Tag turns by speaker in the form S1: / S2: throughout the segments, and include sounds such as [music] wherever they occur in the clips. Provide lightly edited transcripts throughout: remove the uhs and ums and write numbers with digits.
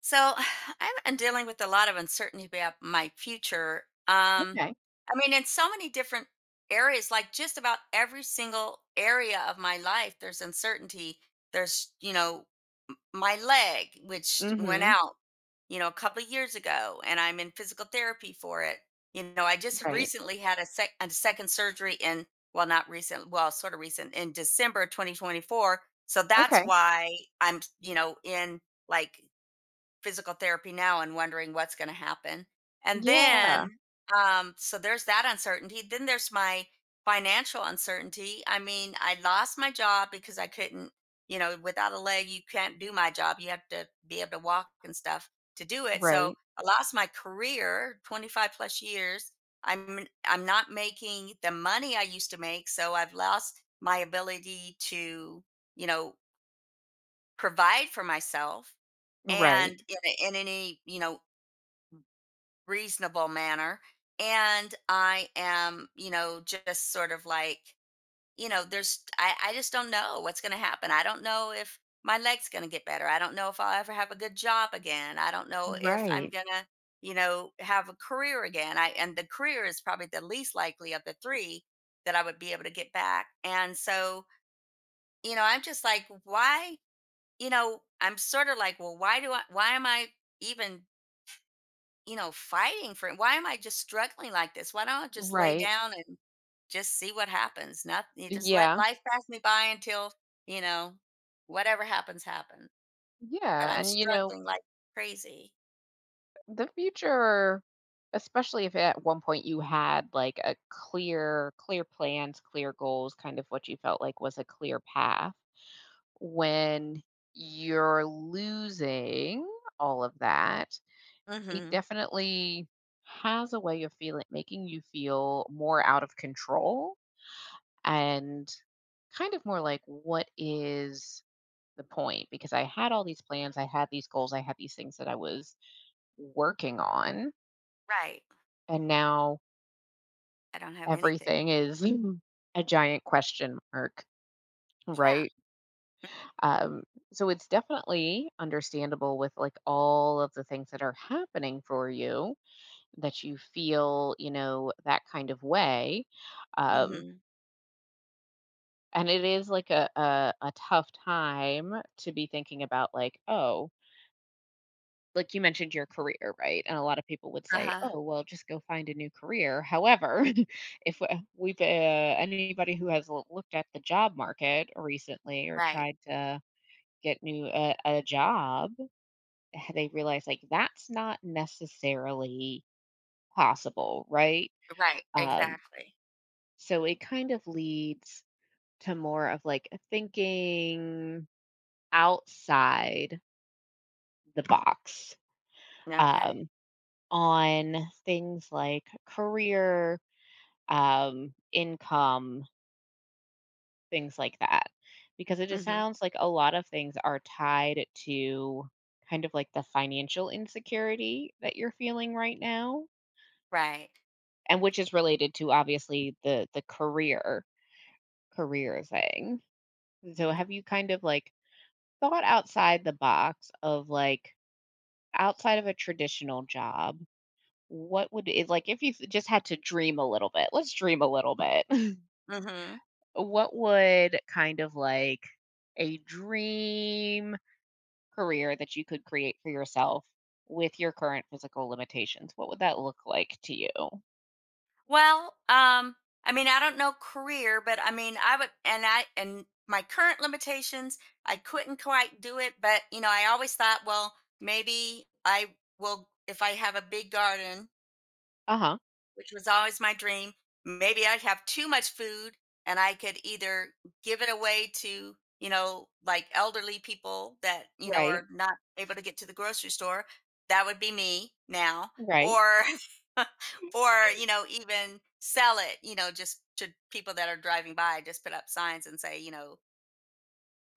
S1: So [sighs] I've been dealing with a lot of uncertainty about my future.
S2: Okay.
S1: I mean, in so many different areas, like just about every single area of my life, there's uncertainty. There's, my leg, which
S2: Mm.
S1: went
S2: Mhm.
S1: out, a couple of years ago, and I'm in physical therapy for it. I just
S2: Right.
S1: recently had a second surgery in, well, not recent, well, sort of recent, in December 2024. So that's
S2: Okay.
S1: why I'm, in like physical therapy now and wondering what's going to happen. And
S2: Yeah.
S1: then, so there's that uncertainty. Then there's my financial uncertainty. I mean, I lost my job because I couldn't, without a leg, you can't do my job. You have to be able to walk and stuff to do it. So
S2: Right.
S1: I lost my career, 25 plus years. I'm not making the money I used to make, so I've lost my ability to, you know, provide for myself
S2: Right.
S1: and in, in any reasonable manner. And I am, just sort of like, I just don't know what's going to happen. I don't know if my leg's going to get better. I don't know if I'll ever have a good job again. I don't know if I'm
S2: Right.
S1: going to, have a career again. I And the career is probably the least likely of the three that I would be able to get back. And so, I'm just like, why? I'm sort of like, well, why am I even, fighting for it? Why am I just struggling like this? Why don't I just lay
S2: Right.
S1: down and just see what happens? Nothing, you just let
S2: Yeah.
S1: life pass me by until, you know, whatever happens, happens. But
S2: Yeah.
S1: I'm
S2: And, you know,
S1: struggling like crazy.
S2: the future, especially if at one point you had like a clear plans, clear goals, kind of what you felt like was a clear path, when you're losing all of that, it
S1: Hmm.
S2: definitely has a way of feeling, making you feel more out of control. And kind of more like what is the point, because I had all these plans, I had these goals, I had these things that I was working on,
S1: Right.
S2: and now
S1: I don't have anything.
S2: everything is Mhm. a giant question mark,
S1: Yeah.
S2: right? Um so it's definitely understandable with like all of the things that are happening for you, that you feel, you know, that kind of way. um
S1: Mm-hmm.
S2: and it is like a tough time to be thinking about like, oh, like you mentioned your career, right? And a lot of people would
S1: Uh
S2: say,
S1: huh.
S2: "Oh, well, just go find a new career." However, [laughs] if we've anybody who has looked at the job market recently or
S1: Right.
S2: tried to get new a job, [laughs] they realize like that's not necessarily possible, right?
S1: Right.
S2: Um,
S1: Exactly.
S2: so it kind of leads to more of like thinking outside the box.
S1: Okay.
S2: Um, on things like career, income, things like that. Because it just
S1: Mm-hmm.
S2: sounds like a lot of things are tied to kind of like the financial insecurity that you're feeling right now,
S1: Right.
S2: and which is related to obviously the career career thing. So have you kind of like thought outside the box of like outside of a traditional job? What would it like if you just had to dream a little bit? Let's dream a little bit. [laughs]
S1: Mm-hmm.
S2: What would kind of like a dream career that you could create for yourself with your current physical limitations, what would that look like to you?
S1: Well, I mean, I don't know career, but I mean, I would, and my current limitations, I couldn't quite do it. But, I always thought, well, maybe I will, if I have a big garden,
S2: Uh-huh.
S1: which was always my dream. Maybe I'd have too much food and I could either give it away to, like elderly people that,
S2: Right.
S1: are not able to get to the grocery store. That would be me now.
S2: Right.
S1: Or, [laughs] or, even sell it, just to people that are driving by, just put up signs and say,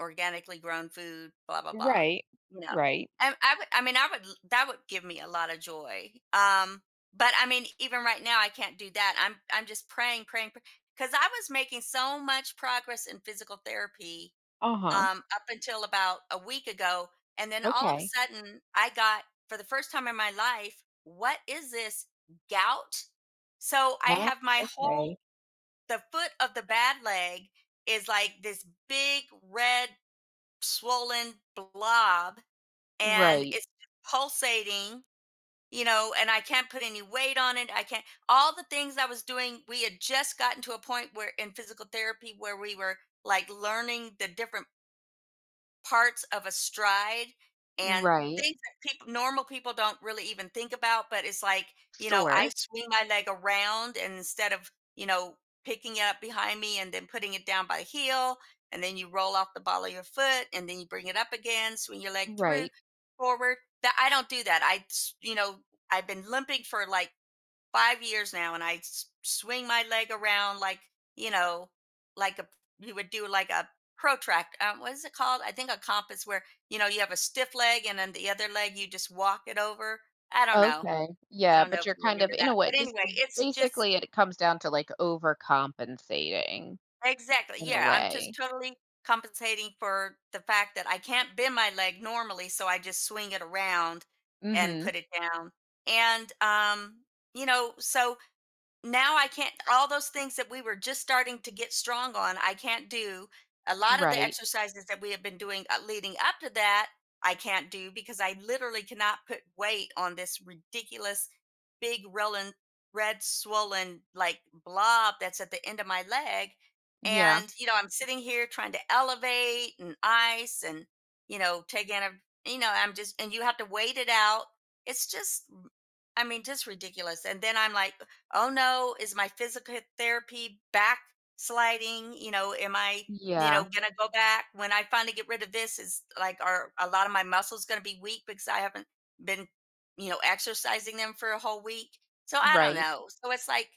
S1: organically grown food, blah blah blah.
S2: Right.
S1: You know,
S2: Right.
S1: I would. I mean, I would. That would give me a lot of joy. But I mean, even right now, I can't do that. I'm just praying, praying, because I was making so much progress in physical therapy
S2: Uh-huh.
S1: up until about a week ago, and then all of a
S2: Okay.
S1: sudden, I got, for the first time in my life, what is this, gout? So I
S2: Ah,
S1: have my
S2: okay.
S1: whole the foot of the bad leg is like this big red swollen blob and
S2: Right.
S1: it's pulsating, and I can't put any weight on it. I can't, all the things I was doing, we had just gotten to a point where in physical therapy where we were like learning the different parts of a stride and
S2: Right.
S1: things that people normal people don't really even think about, but it's like,
S2: Sure.
S1: I swing my leg around and instead of, picking it up behind me and then putting it down by the heel, and then you roll off the ball of your foot and then you bring it up again, swing your leg through
S2: Right.
S1: forward. That, I don't do that. I've been limping for like 5 years now, and I swing my leg around like, you know, like a you would do like a protract. What is it called? I think a compass where, you have a stiff leg and then the other leg you just walk it over. I don't know.
S2: Okay.
S1: I
S2: Yeah,
S1: don't know
S2: but
S1: if
S2: you're
S1: you
S2: kind of
S1: remember
S2: in a
S1: that.
S2: way
S1: But
S2: just
S1: anyway, it's just,
S2: basically it comes down to like overcompensating
S1: exactly.
S2: in a
S1: Yeah, I'm just
S2: way.
S1: totally compensating for the fact that I can't bend my leg normally, so I just swing it around and
S2: Mhm.
S1: put it down. And so now I can't, all those things that we were just starting to get strong on, I can't do. A lot of the
S2: Right.
S1: exercises that we have been doing, leading up to that, I can't do because I literally cannot put weight on this ridiculous big rolling red swollen like blob that's at the end of my leg.
S2: Yeah.
S1: And I'm sitting here trying to elevate and ice, and taking a, I'm just, and you have to wait it out. It's just, I mean, just ridiculous. And then I'm like, oh no, is my physical therapy backsliding? Am I,
S2: Yeah,
S1: gonna go back when I finally get rid of this? Is like, are a lot of my muscles gonna be weak because I haven't been, exercising them for a whole week? So I don't
S2: right.
S1: know. So it's like,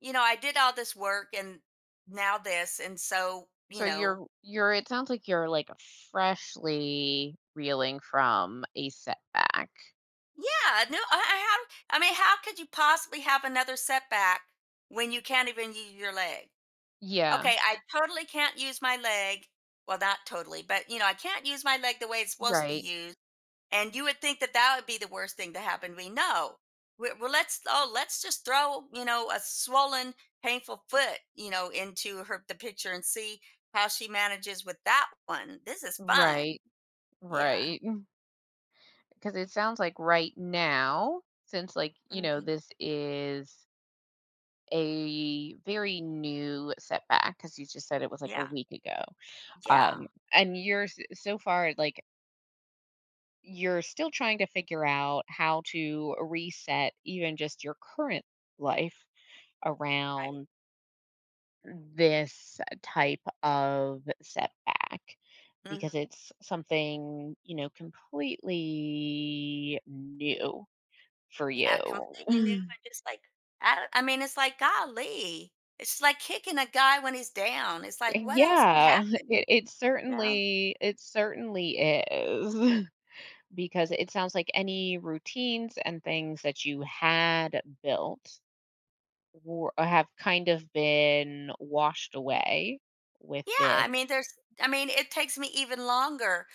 S1: I did all this work and now this, and so,
S2: So you're it sounds like you're, like, freshly reeling from a setback.
S1: yeah, no, I mean, how could you possibly have another setback when you can't even use your leg?
S2: Yeah,
S1: Okay, I totally can't use my leg. Well, not totally, but I can't use my leg the way it's supposed to be
S2: right,
S1: used. And you would think that that would be the worst thing to happen to me. No. we Well, let's just throw, a swollen, painful foot, into her the picture and see how she manages with that one. This is fun.
S2: right,
S1: Yeah.
S2: right. [laughs] Because it sounds like right now, since, like, you know,
S1: Hmm.
S2: this is a very new setback, because you just said it was, like, a
S1: Yeah.
S2: week ago, um,
S1: Yeah.
S2: and you're s so far, like you're still trying to figure out how to reset even just your current life
S1: Right.
S2: around this type of setback, because
S1: Hmm.
S2: it's something, you know, completely new for
S1: Yeah, completely new and
S2: you.
S1: just like, I don't- I mean, it's like, golly. It's like kicking a guy when he's down. It's
S2: [laughs]
S1: like, what else could
S2: Yeah, it,
S1: happen?
S2: it
S1: You know?
S2: certainly, it certainly is. [laughs] Because it sounds like any routines and things that you had built Wor have kind of been washed away with
S1: Yeah,
S2: this,
S1: I mean, there's I mean, it takes me even longer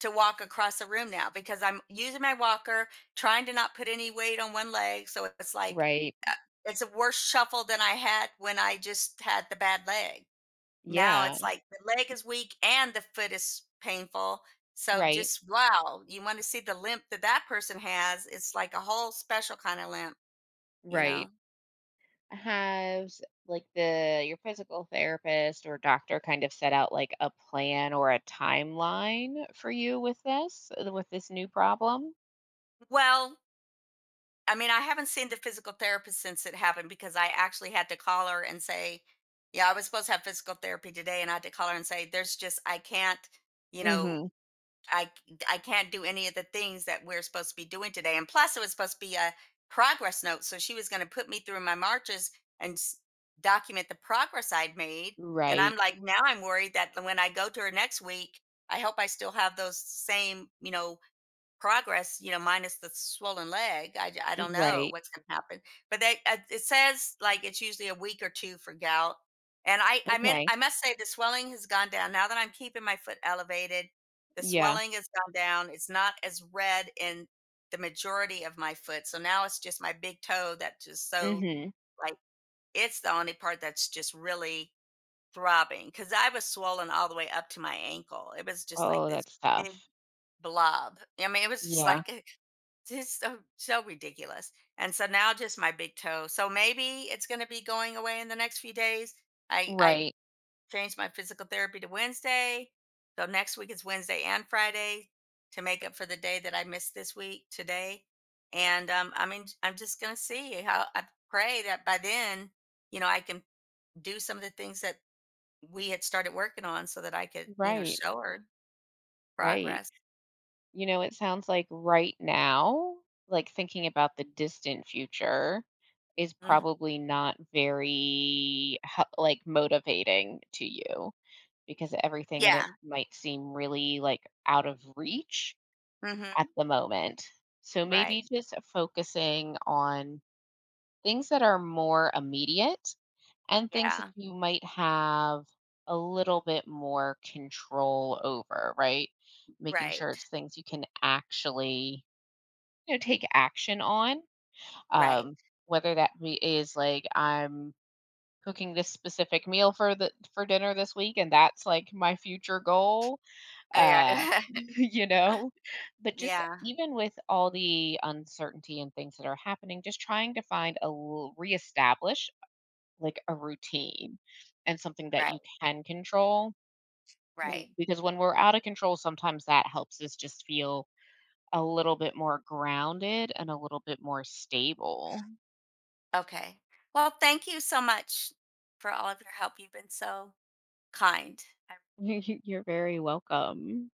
S1: to walk across a room now because I'm using my walker, trying to not put any weight on one leg. So it's like,
S2: right?
S1: uh, it's a worse shuffle than I had when I just had the bad leg. Now
S2: Yeah,
S1: it's like the leg is weak and the foot is painful. So,
S2: right,
S1: just wow, you want to see the limp that that person has. It's like a whole special kind of limp, you
S2: right.
S1: know?
S2: Has, like, the your physical therapist or doctor kind of set out, like, a plan or a timeline for you with this new problem?
S1: Well, I mean, I haven't seen the physical therapist since it happened because I actually had to call her and say, yeah, I was supposed to have physical therapy today. And I had to call her and say, there's just, I can't, you know,
S2: Mhm.
S1: I I I can't do any of the things that we're supposed to be doing today. And plus, it was supposed to be a progress note, so she was going to put me through my marches and document the progress I'd made. And
S2: Right,
S1: I'm like, now I'm worried that when I go to her next week, I hope I still have those same, progress, minus the swollen leg. I don't know
S2: right.
S1: what's going to happen, but they it says like it's usually a week or two for gout. And I mean,
S2: Okay.
S1: I must say the swelling has gone down now that I'm keeping my foot elevated. The
S2: Yeah.
S1: swelling has gone down. It's not as red in the majority of my foot. So now it's just my big toe that just, so
S2: Mhm.
S1: like, it's the only part that's just really throbbing because I was swollen all the way up to my ankle. It was just like
S2: Oh,
S1: this
S2: that's
S1: big
S2: tough.
S1: blob. I mean, it was just
S2: Yeah.
S1: just so so ridiculous. And so now just my big toe. So maybe it's going to be going away in the next few days. I
S2: Right,
S1: changed my physical therapy to Wednesday. So next week is Wednesday and Friday to make up for the day that I missed this week today. And I mean, I'm just going to see how I, pray that by then, I can do some of the things that we had started working on so that I could,
S2: right,
S1: show her
S2: right.
S1: progress.
S2: You know, it sounds like right now, like thinking about the distant future is
S1: Mhm.
S2: probably not very like motivating to you, because everything in it
S1: Yeah.
S2: might seem really like out of reach at
S1: Mhm.
S2: the moment. So maybe
S1: Right.
S2: just focusing on things that are more immediate and things that
S1: Yeah.
S2: you might have a little bit more control over, right? Making sure
S1: Right.
S2: it's things you can actually, you know, take action on.
S1: Right.
S2: Um, whether that be is like, I'm cooking this specific meal for the for dinner this week, and that's like my future goal.
S1: Oh, yeah.
S2: [laughs]
S1: [laughs]
S2: You know, but just
S1: Yeah.
S2: even with all the uncertainty and things that are happening, just trying to find a reestablish like a routine and something that
S1: Right.
S2: you can control.
S1: Right.
S2: Because when we're out of control, sometimes that helps us just feel a little bit more grounded and a little bit more stable.
S1: Okay. Well, thank you so much for all of your help. You've been so kind.
S2: [laughs] You're very welcome.